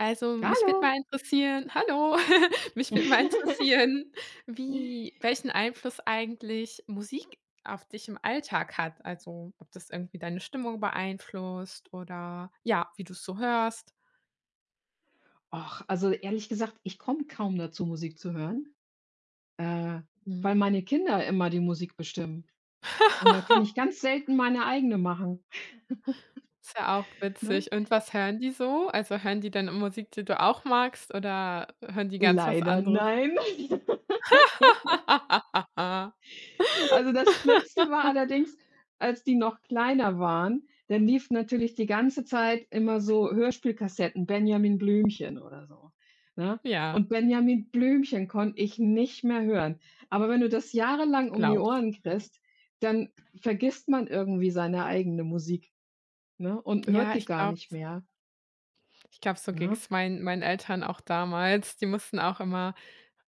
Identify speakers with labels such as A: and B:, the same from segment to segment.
A: Also, mich wird
B: Hallo.
A: mal interessieren, hallo, mich wird mal interessieren, wie welchen Einfluss eigentlich Musik auf dich im Alltag hat. Also, ob das irgendwie deine Stimmung beeinflusst oder ja, wie du es so hörst.
B: Och, also, ehrlich gesagt, ich komme kaum dazu, Musik zu hören, äh,
A: Mhm.
B: weil meine Kinder immer die Musik bestimmen. Und dann kann ich ganz selten meine eigene machen,
A: Ist ja auch
B: ne?
A: witzig. Und was hören die so? Also, hören die dann Musik, die du auch magst oder hören die ganz was
B: Leider
A: anderes?
B: nein. Also, das Schlimmste war allerdings, als die noch kleiner waren, dann liefen natürlich die ganze Zeit immer so Hörspielkassetten, Benjamin Blümchen oder so, ne?
A: Ja,
B: Und Benjamin Blümchen konnte ich nicht mehr hören. Aber wenn du das jahrelang
A: ich
B: um die
A: glaube
B: Ohren kriegst, dann vergisst man irgendwie seine eigene Musik, ne, und
A: Ja,
B: hört die
A: ich
B: gar
A: glaube
B: nicht mehr,
A: Ich glaube, so
B: ne?
A: ging's meinen Eltern auch damals. Die mussten auch immer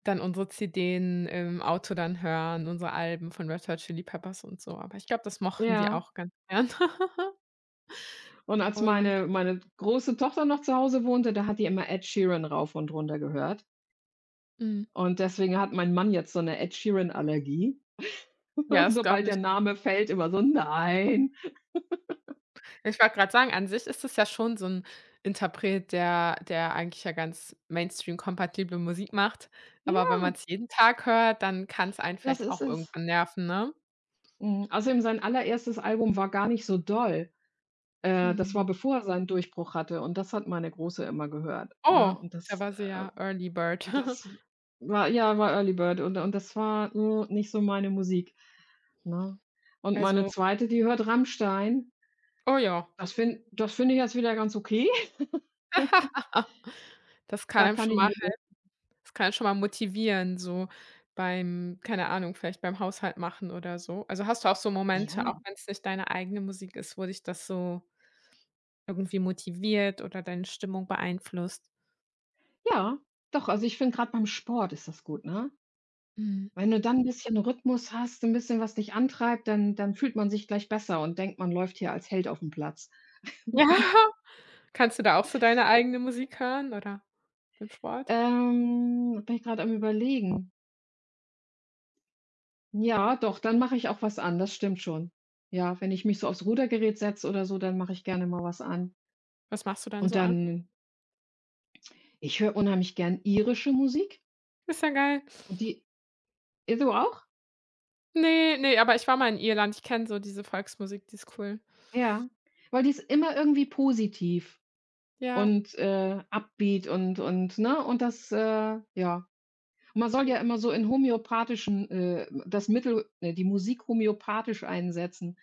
A: dann unsere CDen im Auto dann hören, unsere Alben von Red Hot Chili Peppers und so. Aber ich glaube, das mochten die
B: Ja.
A: auch ganz gern.
B: Und als
A: Und
B: meine große Tochter noch zu Hause wohnte, da hat die immer Ed Sheeran rauf und runter gehört.
A: mhm.
B: Und deswegen hat mein Mann jetzt so eine Ed Sheeran-Allergie.
A: Ja, das
B: Sobald
A: glaube ich.
B: der Name fällt, immer so: „Nein!“
A: Ich wollte gerade sagen, an sich ist es ja schon so ein Interpret, der eigentlich ja ganz Mainstream-kompatible Musik macht. Aber
B: Ja,
A: wenn man es jeden Tag hört, dann kann es einen
B: das
A: vielleicht
B: ist
A: auch
B: es.
A: irgendwann nerven, ne?
B: Mhm. Außerdem sein allererstes Album war gar nicht so doll. Das war,
A: Mhm.
B: bevor er seinen Durchbruch hatte, und das hat meine Große immer gehört, ne?
A: Oh,
B: Und
A: da war sie
B: äh
A: ja Early Bird.
B: das war ja, war Early Bird, und das war, nicht so meine Musik, ne? Und meine
A: Also,
B: Zweite, die hört Rammstein.
A: oh ja.
B: Das finde ich jetzt wieder ganz okay.
A: Das kann
B: Da
A: einem
B: kann
A: schon
B: ich
A: mal
B: mir
A: Das kann einen schon mal motivieren, so beim, keine Ahnung, vielleicht beim Haushalt machen oder so. Also, hast du auch so Momente, auch
B: ja.
A: wenn's nicht deine eigene Musik ist, wo dich das so irgendwie motiviert oder deine Stimmung beeinflusst?
B: Ja, doch, also ich finde, gerade beim Sport ist das gut, ne?
A: Mhm.
B: Wenn du dann ein bisschen Rhythmus hast, ein bisschen, was dich antreibt, dann fühlt man sich gleich besser und denkt, man läuft hier als Held auf dem Platz.
A: Ja. Kannst du da auch so deine eigene Musik hören oder beim Sport?
B: Bin ich gerade am Überlegen. Ja, doch, dann mache ich auch was an, das stimmt schon. Ja, wenn ich mich so aufs Rudergerät setze oder so, dann mache ich gerne mal was an.
A: Was machst du dann
B: Und
A: so an?
B: dann ich höre unheimlich gern irische Musik
A: Ist ja geil.
B: und die du auch?
A: Ne, ne, aber ich war mal in Irland. Ich kenne so diese Volksmusik, die ist cool.
B: Ja, weil die ist immer irgendwie positiv.
A: Ja.
B: Und, Upbeat und ne? Und ja. Man soll ja immer so in homöopathischen das Mittel ne, die Musik homöopathisch einsetzen.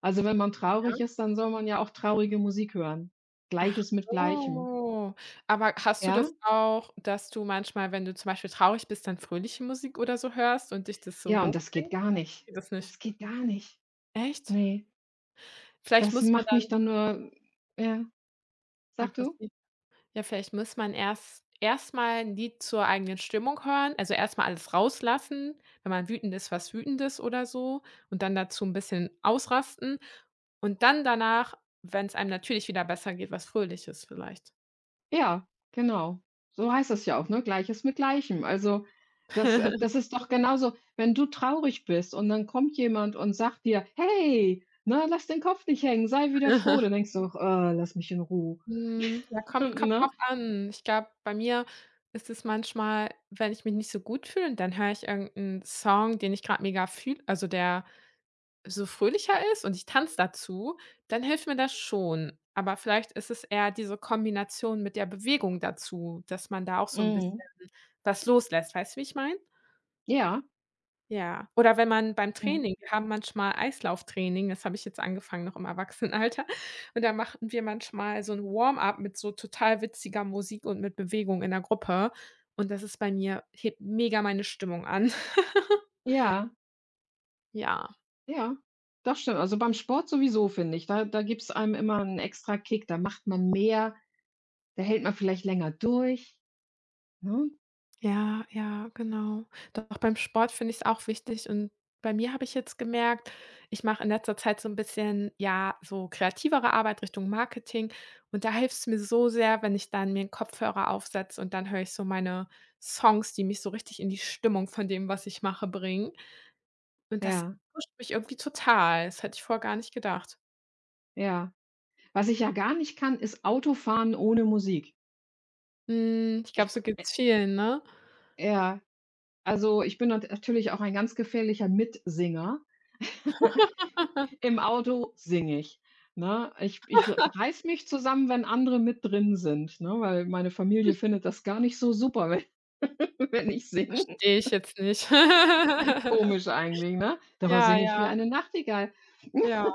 B: Also, wenn man traurig ist, dann soll man ja auch traurige Musik hören.
A: Ach
B: Gleiches mit Gleichem,
A: so. Aber hast du das
B: ja?
A: auch, dass du manchmal, wenn du zum Beispiel traurig bist, dann fröhliche Musik oder so hörst und dich das so
B: Ja, und das geht
A: hochbringt,
B: gar
A: oder
B: nicht.
A: geht das nicht?
B: Das geht gar nicht.
A: Echt?
B: Ne,
A: Vielleicht
B: das
A: muss man
B: macht
A: dann
B: mich dann nur ja, sag du?
A: aggressiv, ja, vielleicht muss man erstmal ein Lied zur eigenen Stimmung hören, also erstmal alles rauslassen, wenn man wütend ist, was Wütendes oder so, und dann dazu ein bisschen ausrasten und dann danach, wenn es einem natürlich wieder besser geht, was Fröhliches vielleicht.
B: Ja, genau. So heißt es ja auch, ne? Gleiches mit Gleichem. Also, das ist doch genauso, wenn du traurig bist und dann kommt jemand und sagt dir: „Hey, ne, lass den Kopf nicht hängen, sei wieder froh.“ Dann denkst du doch: „Ah, lass mich in Ruhe“,
A: Mhm, ja, kommt drauf
B: ne?
A: an. Ich glaube, bei mir ist es manchmal, wenn ich mich nicht so gut fühle, dann höre ich irgendeinen Song, den ich gerade mega fühle, also, der so fröhlicher ist und ich tanze dazu, dann hilft mir das schon. Aber vielleicht ist es eher diese Kombination mit der Bewegung dazu, dass man da auch so ein bisschen
B: Mhm.
A: was loslässt. Weißt du, wie ich meine?
B: Ja,
A: Ja, oder wenn man beim
B: mhm.
A: Training, wir haben manchmal Eislauftraining, das habe ich jetzt angefangen noch im Erwachsenenalter. Und da machten wir manchmal so 'n Warm-up mit so total witziger Musik und mit Bewegung in der Gruppe. Und das ist bei mir, hebt mega meine Stimmung an.
B: Ja,
A: Ja.
B: ja. Das stimmt. Also, beim Sport sowieso, finde ich. Da gibt's einem immer einen extra Kick. Da macht man mehr, da hält man vielleicht länger durch, ne?
A: Ja, ja, genau. Doch beim Sport finde ich es auch wichtig. Und bei mir habe ich jetzt gemerkt, ich mache in letzter Zeit so ein bisschen, ja, so kreativere Arbeit Richtung Marketing, und da hilft es mir so sehr, wenn ich dann mir einen Kopfhörer aufsetze und dann höre ich so meine Songs, die mich so richtig in die Stimmung von dem, was ich mache, bringen. Und das
B: Ja,
A: pusht mich irgendwie total. Das hätte ich vorher gar nicht gedacht.
B: ja. Was ich ja gar nicht kann, ist Autofahren ohne Musik.
A: Hm, ich glaube,
B: Ich
A: so
B: pr
A: geht's vielen, ne?
B: ja, also, ich bin nat natürlich auch ein ganz gefährlicher Mitsinger. Im Auto singe ich, ne? Ich reiß mich zusammen, wenn andere mit drin sind, ne, weil meine Familie findet das gar nicht so super, wenn wenn ich singe.
A: Verstehe ich jetzt nicht.
B: Komisch eigentlich, ne? Dabei
A: Ja,
B: singe ich
A: ja,
B: wie eine Nachtigall.
A: ja.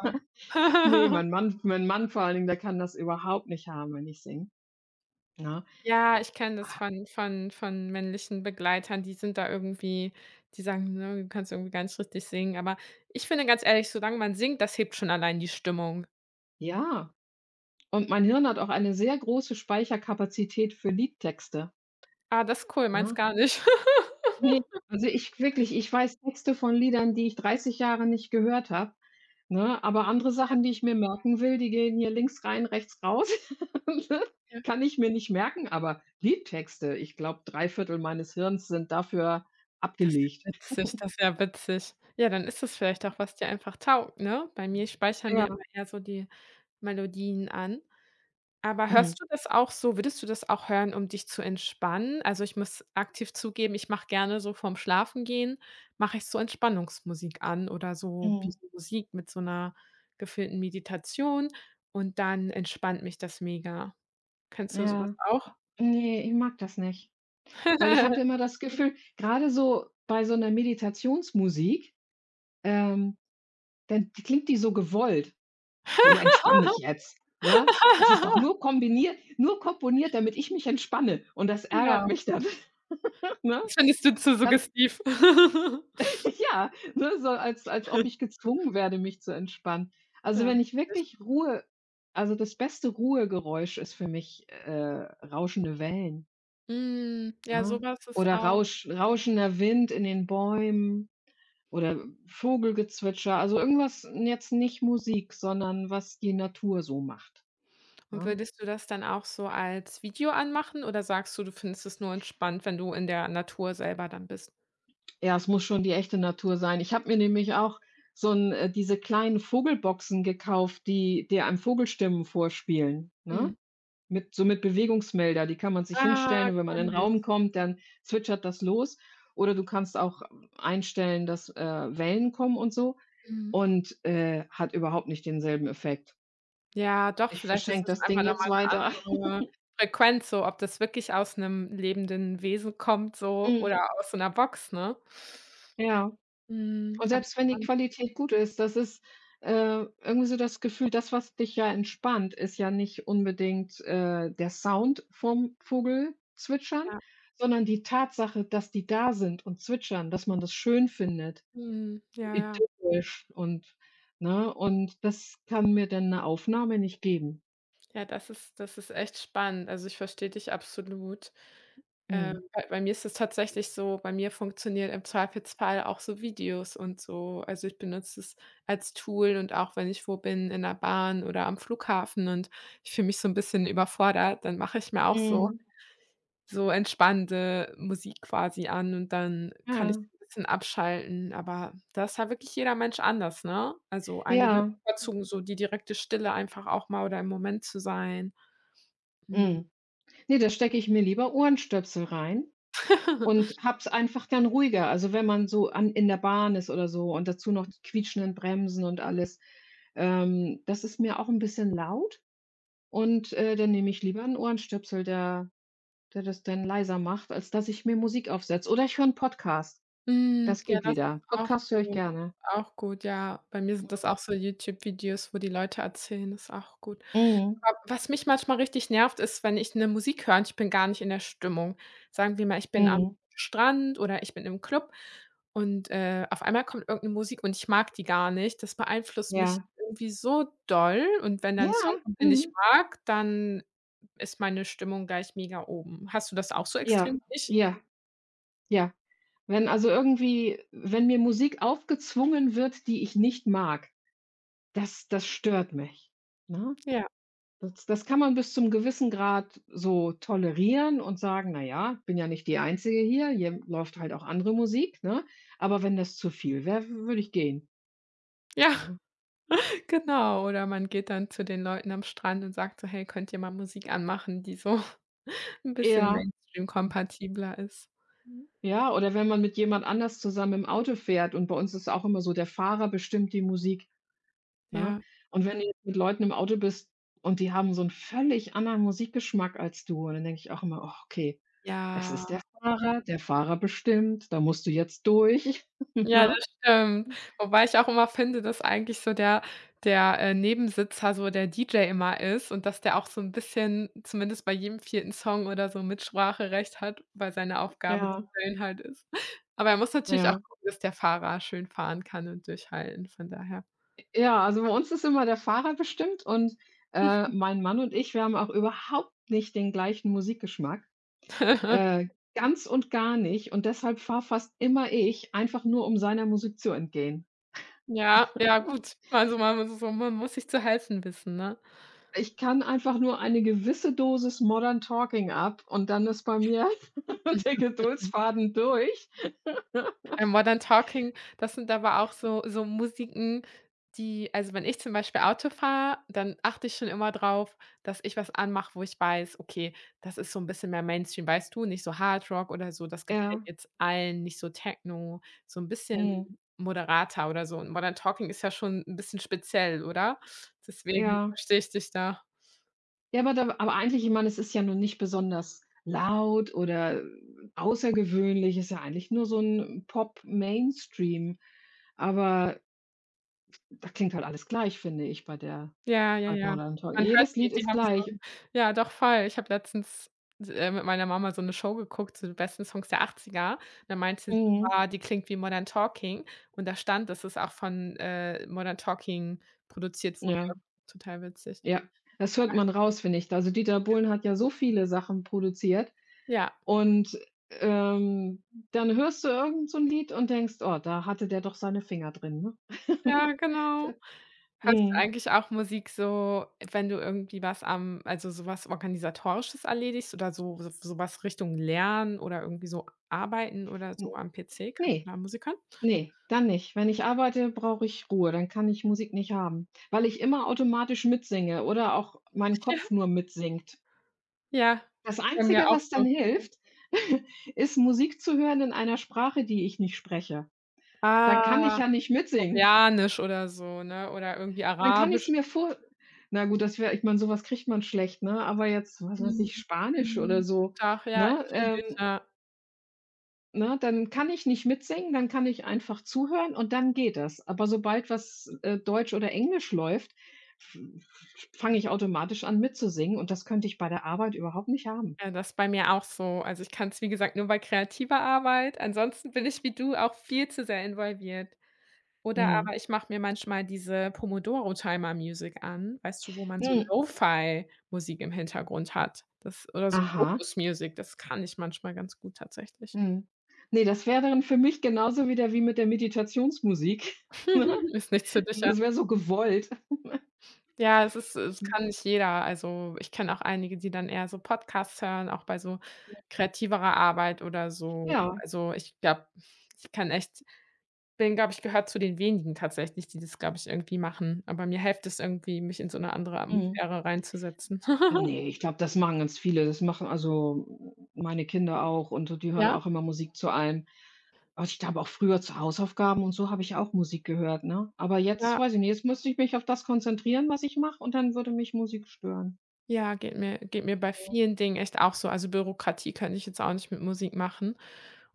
B: Ne, mein Mann vor allen Dingen, der kann das überhaupt nicht haben, wenn ich singe, ne?
A: Ja, ich kenne das von männlichen Begleitern, die sind da irgendwie, die sagen: „Ne, du kannst irgendwie gar nicht richtig singen.“ Aber ich finde ganz ehrlich, solange man singt, das hebt schon allein die Stimmung.
B: Ja, und mein Hirn hat auch eine sehr große Speicherkapazität für Liedtexte,
A: „Ah, das ist cool, meins
B: ne?
A: gar nicht.“
B: Ne, also ich wirklich ich weiß Texte von Liedern, die ich 30 Jahre nicht gehört habe, ne? Aber andere Sachen, die ich mir merken will, die gehen hier links rein, rechts raus, ne?
A: Ja.
B: Kann ich mir nicht merken, aber Liedtexte, ich glaube, 3/4 meines Hirns sind dafür
A: Das ist
B: abgelegt.
A: ja witzig, das ist ja witzig. Ja, dann ist das vielleicht auch, was dir einfach taugt, ne? Bei mir, ich speichere mir
B: Ja,
A: immer eher so die Melodien an. Aber
B: mhm,
A: hörst du das auch so, würdest du das auch hören, um dich zu entspannen? Also, ich muss aktiv zugeben, ich mache gerne so vorm Schlafengehen, mache ich so Entspannungsmusik an oder so wie
B: mhm,
A: so Musik mit so 'ner geführten Meditation, und dann entspannt mich das mega. Kennst du so was
B: ja.
A: auch?
B: Nee, ich mag das nicht, weil ich habe immer das Gefühl, gerade so bei so 'ner Meditationsmusik, ähm, dann klingt die so gewollt. So entspann dich jetzt, ne? Das ist doch nur komponiert, damit ich mich entspanne, und das ärgert
A: Genau.
B: mich dann, ne?
A: Das findest du zu
B: Ganz
A: suggestiv.
B: ja, ne, so als ob ich gezwungen werde, mich zu entspannen. Also,
A: Ja,
B: wenn ich
A: richtig.
B: wirklich Ruhe also, das beste Ruhegeräusch ist für mich, rauschende Wellen,
A: Hm, ja, so
B: ne?
A: was ist
B: Oder
A: auch.
B: Rauschender Wind in den Bäumen oder Vogelgezwitscher, also irgendwas jetzt nicht Musik, sondern was die Natur so macht,
A: Und
B: ne?
A: würdest du das dann auch so als Video anmachen oder sagst du, du findest es nur entspannt, wenn du in der Natur selber dann bist?
B: Ja, es muss schon die echte Natur sein. Ich habe mir nämlich auch so 'n diese kleinen Vogelboxen gekauft, die einem Vogelstimmen vorspielen, ne?
A: Mhm.
B: Mit so mit Bewegungsmelder, die kann man sich
A: Ah,
B: hinstellen, und wenn man in 'nen
A: kenne ich.
B: Raum kommt, dann zwitschert das los. Oder du kannst auch einstellen, dass, Wellen kommen und so
A: Mhm.
B: und, hat überhaupt nicht denselben Effekt.
A: Ja, doch,
B: Ich
A: vielleicht ist
B: verschenke
A: das
B: das
A: einfach
B: Ding
A: noch
B: jetzt
A: mal 'ne
B: weiter.
A: andere Frequenz, so, ob das wirklich aus 'nem lebenden Wesen kommt so
B: Mhm,
A: oder aus so 'ner Box, ne?
B: ja.
A: Mhm,
B: Und
A: aber
B: selbst wenn die
A: spannend,
B: Qualität gut ist, das ist, irgendwie so das Gefühl, das, was dich ja entspannt, ist ja nicht unbedingt, der Sound vom Vogelzwitschern,
A: ja.
B: sondern die Tatsache, dass die da sind und zwitschern, dass man das schön findet,
A: Mhm, ja, ja.
B: idyllisch, und ne, und das kann mir dann eine Aufnahme nicht geben.
A: Ja, das ist, das ist echt spannend. Also, ich verstehe dich absolut. Ähm,
B: Mhm.
A: bei bei mir ist es tatsächlich so, bei mir funktionieren im Zweifelsfall auch so Videos und so. Also, ich benutze es als Tool, und auch wenn ich wo bin, in der Bahn oder am Flughafen und ich fühle mich so ein bisschen überfordert, dann mache ich mir auch so
B: Mhm.
A: so entspannende Musik quasi an und dann kann ich so
B: Ja.
A: ein bisschen abschalten. Aber das ist ja wirklich jeder Mensch anders, ne? Also, einige
B: Ja.
A: bevorzugen so die direkte Stille einfach auch mal oder im Moment zu sein. Mhm.
B: Mhm. Ne, da stecke ich mir lieber Ohrenstöpsel rein. Und hab's einfach dann ruhiger. Also, wenn man so an in der Bahn ist oder so und dazu noch die quietschenden Bremsen und alles, das ist mir auch ein bisschen laut und, dann nehme ich lieber einen Ohrenstöpsel, der das dann leiser macht, als dass ich mir Musik aufsetze. Oder ich höre 'n Podcast.
A: Hm,
B: Das
A: ja,
B: geht
A: das ist
B: wieder.
A: auch
B: Podcast höre ich
A: gut. Das
B: gerne.
A: ist auch gut, ja. Bei mir sind das
B: Mhm.
A: auch so YouTube-Videos, wo die Leute erzählen, ist auch gut.
B: Mhm.
A: Aber was mich manchmal richtig nervt, ist, wenn ich eine Musik höre und ich bin gar nicht in der Stimmung. Sagen wir mal, ich bin am
B: Mhm.
A: Strand oder ich bin im Club und, auf einmal kommt irgendeine Musik und ich mag die gar nicht. Das beeinflusst mich
B: Ja.
A: irgendwie so doll, und wenn dann ein Song
B: Ja.
A: kommt, den ich
B: Mhm.
A: mag, dann ist meine Stimmung gleich mega oben. Hast du das auch so extrem
B: Ja.
A: wie ich?
B: Ja. Ja. Wenn also irgendwie wenn mir Musik aufgezwungen wird, die ich nicht mag. Das stört mich, ne?
A: Ja.
B: Das kann man bis zum gewissen Grad so tolerieren und sagen: „Na ja, bin ja nicht die Einzige hier, hier läuft halt auch andere Musik“, ne? Aber wenn das zu viel wäre, würde ich gehen.
A: Ja.
B: Ja.
A: Genau, oder man geht dann zu den Leuten am Strand und sagt so: „Hey, könnt ihr mal Musik anmachen, die so 'n bisschen
B: Ja. Mhm.
A: Mainstream-kompatibler ist?“
B: Ja, oder wenn man mit jemand anders zusammen im Auto fährt und bei uns ist auch immer so, der Fahrer bestimmt die Musik, ne?
A: Ja.
B: Und wenn du jetzt mit Leuten im Auto bist und die haben so 'n völlig anderen Musikgeschmack als du und dann denke ich auch immer: „Oh, okay, es
A: Ja.
B: ist der Fahrer, bestimmt, da musst du jetzt durch“,
A: Ja,
B: ne?
A: das stimmt. Wobei ich auch immer finde, dass eigentlich so der Nebensitzer so der DJ immer ist und dass der auch so 'n bisschen, zumindest bei jedem vierten Song oder so, Mitspracherecht hat, weil seine Aufgabe die
B: Ja,
A: DJen halt ist. Aber er muss natürlich auch
B: ja.
A: gucken, dass der Fahrer schön fahren kann und durchhalten, von daher.
B: Ja, also bei uns ist immer der Fahrer bestimmt, und, mein Mann und ich, wir haben auch überhaupt nicht den gleichen Musikgeschmack, äh, ganz und gar nicht, und deshalb fahre fast immer ich, einfach nur um seiner Musik zu entgehen.
A: Ja, ja, gut. Also, man muss so, man muss sich zu helfen wissen, ne?
B: Ich kann einfach nur eine gewisse Dosis Modern Talking ab und dann ist bei mir der
A: Und,
B: Geduldsfaden durch.
A: Modern Talking, das sind aber auch so so Musiken, die, also, wenn ich zum Beispiel Auto fahre, dann achte ich schon immer drauf, dass ich was anmache, wo ich weiß: „Okay, das ist so 'n bisschen mehr Mainstream“, weißt du? Nicht so Hard Rock oder so, das gefällt
B: Ja,
A: jetzt allen, nicht so Techno, so 'n bisschen
B: mhm,
A: moderater oder so. Und Modern Talking ist ja schon 'n bisschen speziell, oder? Deswegen
B: ja.
A: verstehe ich dich da.
B: Ja, aber da aber eigentlich ich meine, es ist ja nun nicht besonders laut oder außergewöhnlich, ist ja eigentlich nur so ein Pop-Mainstream. Aber da klingt halt alles gleich, finde ich,
A: Ja, ja,
B: bei
A: ja.
B: Modern Talking.
A: Man hört
B: Jedes
A: die,
B: Lied
A: die
B: ist
A: haben so 'n,
B: gleich.
A: ja, doch voll. Ich habe letztens s mit meiner Mama so 'ne Show geguckt zu den besten Songs der Achtziger. Er Da meinte sie:
B: Mhm.
A: „Boah, die klingt wie Modern Talking.“ Und da stand, dass es auch von, Modern Talking produziert wurde.
B: Ja,
A: Total witzig.
B: ja. Das hört man raus, finde ich. Also, Dieter Bohlen hat ja so viele Sachen produziert
A: Ja,
B: und, ähm, dann hörst du irgend so 'n Lied und denkst: „Oh, da hatte der doch seine Finger drin“, ne?
A: ja, genau. Hörst du
B: Mhm.
A: eigentlich auch Musik so, wenn du irgendwie was am, also, so was Organisatorisches erledigst oder so so so was Richtung Lernen oder irgendwie so Arbeiten oder
B: Hm,
A: so am PC? Kannst
B: ne.
A: du da Musik hören?
B: Ne, dann nicht. Wenn ich arbeite, brauche ich Ruhe, dann kann ich Musik nicht haben, weil ich immer automatisch mitsinge oder auch mein Kopf nur mitsingt.
A: Ja,
B: Das
A: bei mir
B: Einzige,
A: auch
B: was dann
A: so.
B: hilft, ist Musik zu hören in einer Sprache, die ich nicht spreche. Dann kann ich
A: Ah,
B: ja nicht mitsingen.
A: koreanisch oder so, ne? Oder irgendwie
B: Dann kann ich es
A: arabisch.
B: mir vor Na gut, das wäre ich meine, sowas kriegt man schlecht, ne? Aber jetzt, was weiß
A: Mhm.
B: ich, Spanisch oder
A: Mhm.
B: so,
A: Doch, ja,
B: ne?
A: ich fühle dich, ja.
B: Ne, dann kann ich nicht mitsingen, dann kann ich einfach zuhören und dann geht das. Aber sobald was, Deutsch oder Englisch läuft, f f fange ich automatisch an mitzusingen, und das könnte ich bei der Arbeit überhaupt nicht haben.
A: Ja, das ist bei mir auch so. Also, ich kann es, wie gesagt, nur bei kreativer Arbeit. Ansonsten bin ich wie du auch viel zu sehr involviert. Oder
B: Mhm.
A: aber ich mache mir manchmal diese Pomodoro-Timer-Music an, weißt du, wo man so
B: Mhm.
A: Lo-Fi-Musik im Hintergrund hat. Das oder so
B: Aha.
A: Focus Music, das kann ich manchmal ganz gut tatsächlich.
B: Mhm. Ne, das wäre dann für mich genauso wieder wie mit der Meditationsmusik, ne?
A: Ist nichts für dich, ja?
B: Das wäre so gewollt.
A: Ja, es ist, es kann nicht jeder. Also, ich kenne auch einige, die dann eher so Podcasts hören, auch bei so kreativerer Arbeit oder so.
B: Ja.
A: Also, ich glaube, ich kann echt, bin, glaube ich, gehört zu den wenigen tatsächlich, die das, glaube ich, irgendwie machen. Aber mir hilft es irgendwie, mich in so 'ne andere
B: Mhm.
A: Atmosphäre reinzusetzen.
B: Ne, ich glaube, das machen ganz viele. Das machen also meine Kinder auch und so, die hören
A: Ja,
B: auch immer Musik zu allem. Aber ich glaube auch früher zu Hausaufgaben und so habe ich auch Musik gehört, ne? Aber jetzt
A: ja.
B: weiß ich nicht, jetzt müsste ich mich auf das konzentrieren, was ich mache, und dann würde mich Musik stören.
A: Ja, geht mir bei vielen Dingen echt auch so. Also, Bürokratie könnte ich jetzt auch nicht mit Musik machen.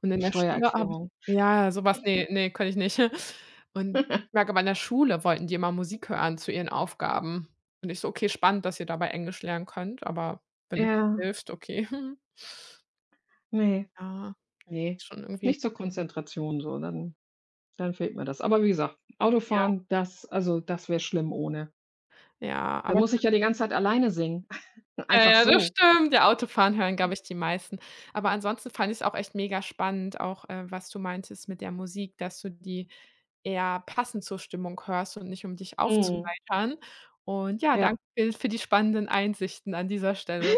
A: Und in der Schule habe ich,
B: Steuererklärung.
A: ja, sowas was, ne, ne, könnte ich nicht. Und ich merke, aber in der Schule wollten die immer Musik hören zu ihren Aufgaben. Und ich so: „Okay, spannend, dass ihr dabei Englisch lernen könnt, aber wenn es
B: Ja,
A: hilft, okay.“
B: ne,
A: Ja,
B: ne,
A: schon irgendwie,
B: nicht zur Konzentration so, dann fehlt mir das. Aber wie gesagt,
A: ja,
B: Autofahren, das also das wäre schlimm ohne.
A: ja,
B: Da
A: aber
B: muss ich
A: ich,
B: ja die ganze Zeit alleine singen,
A: ja,
B: einfach
A: ja, das
B: so.
A: stimmt. Ja, Autofahren hören, glaube ich, die meisten. Aber ansonsten fand ich es auch echt mega spannend, auch, was du meintest mit der Musik, dass du die eher passend zur Stimmung hörst und nicht um dich
B: Mhm,
A: aufzuheitern. Und ja,
B: ja.
A: danke für die spannenden Einsichten an dieser Stelle.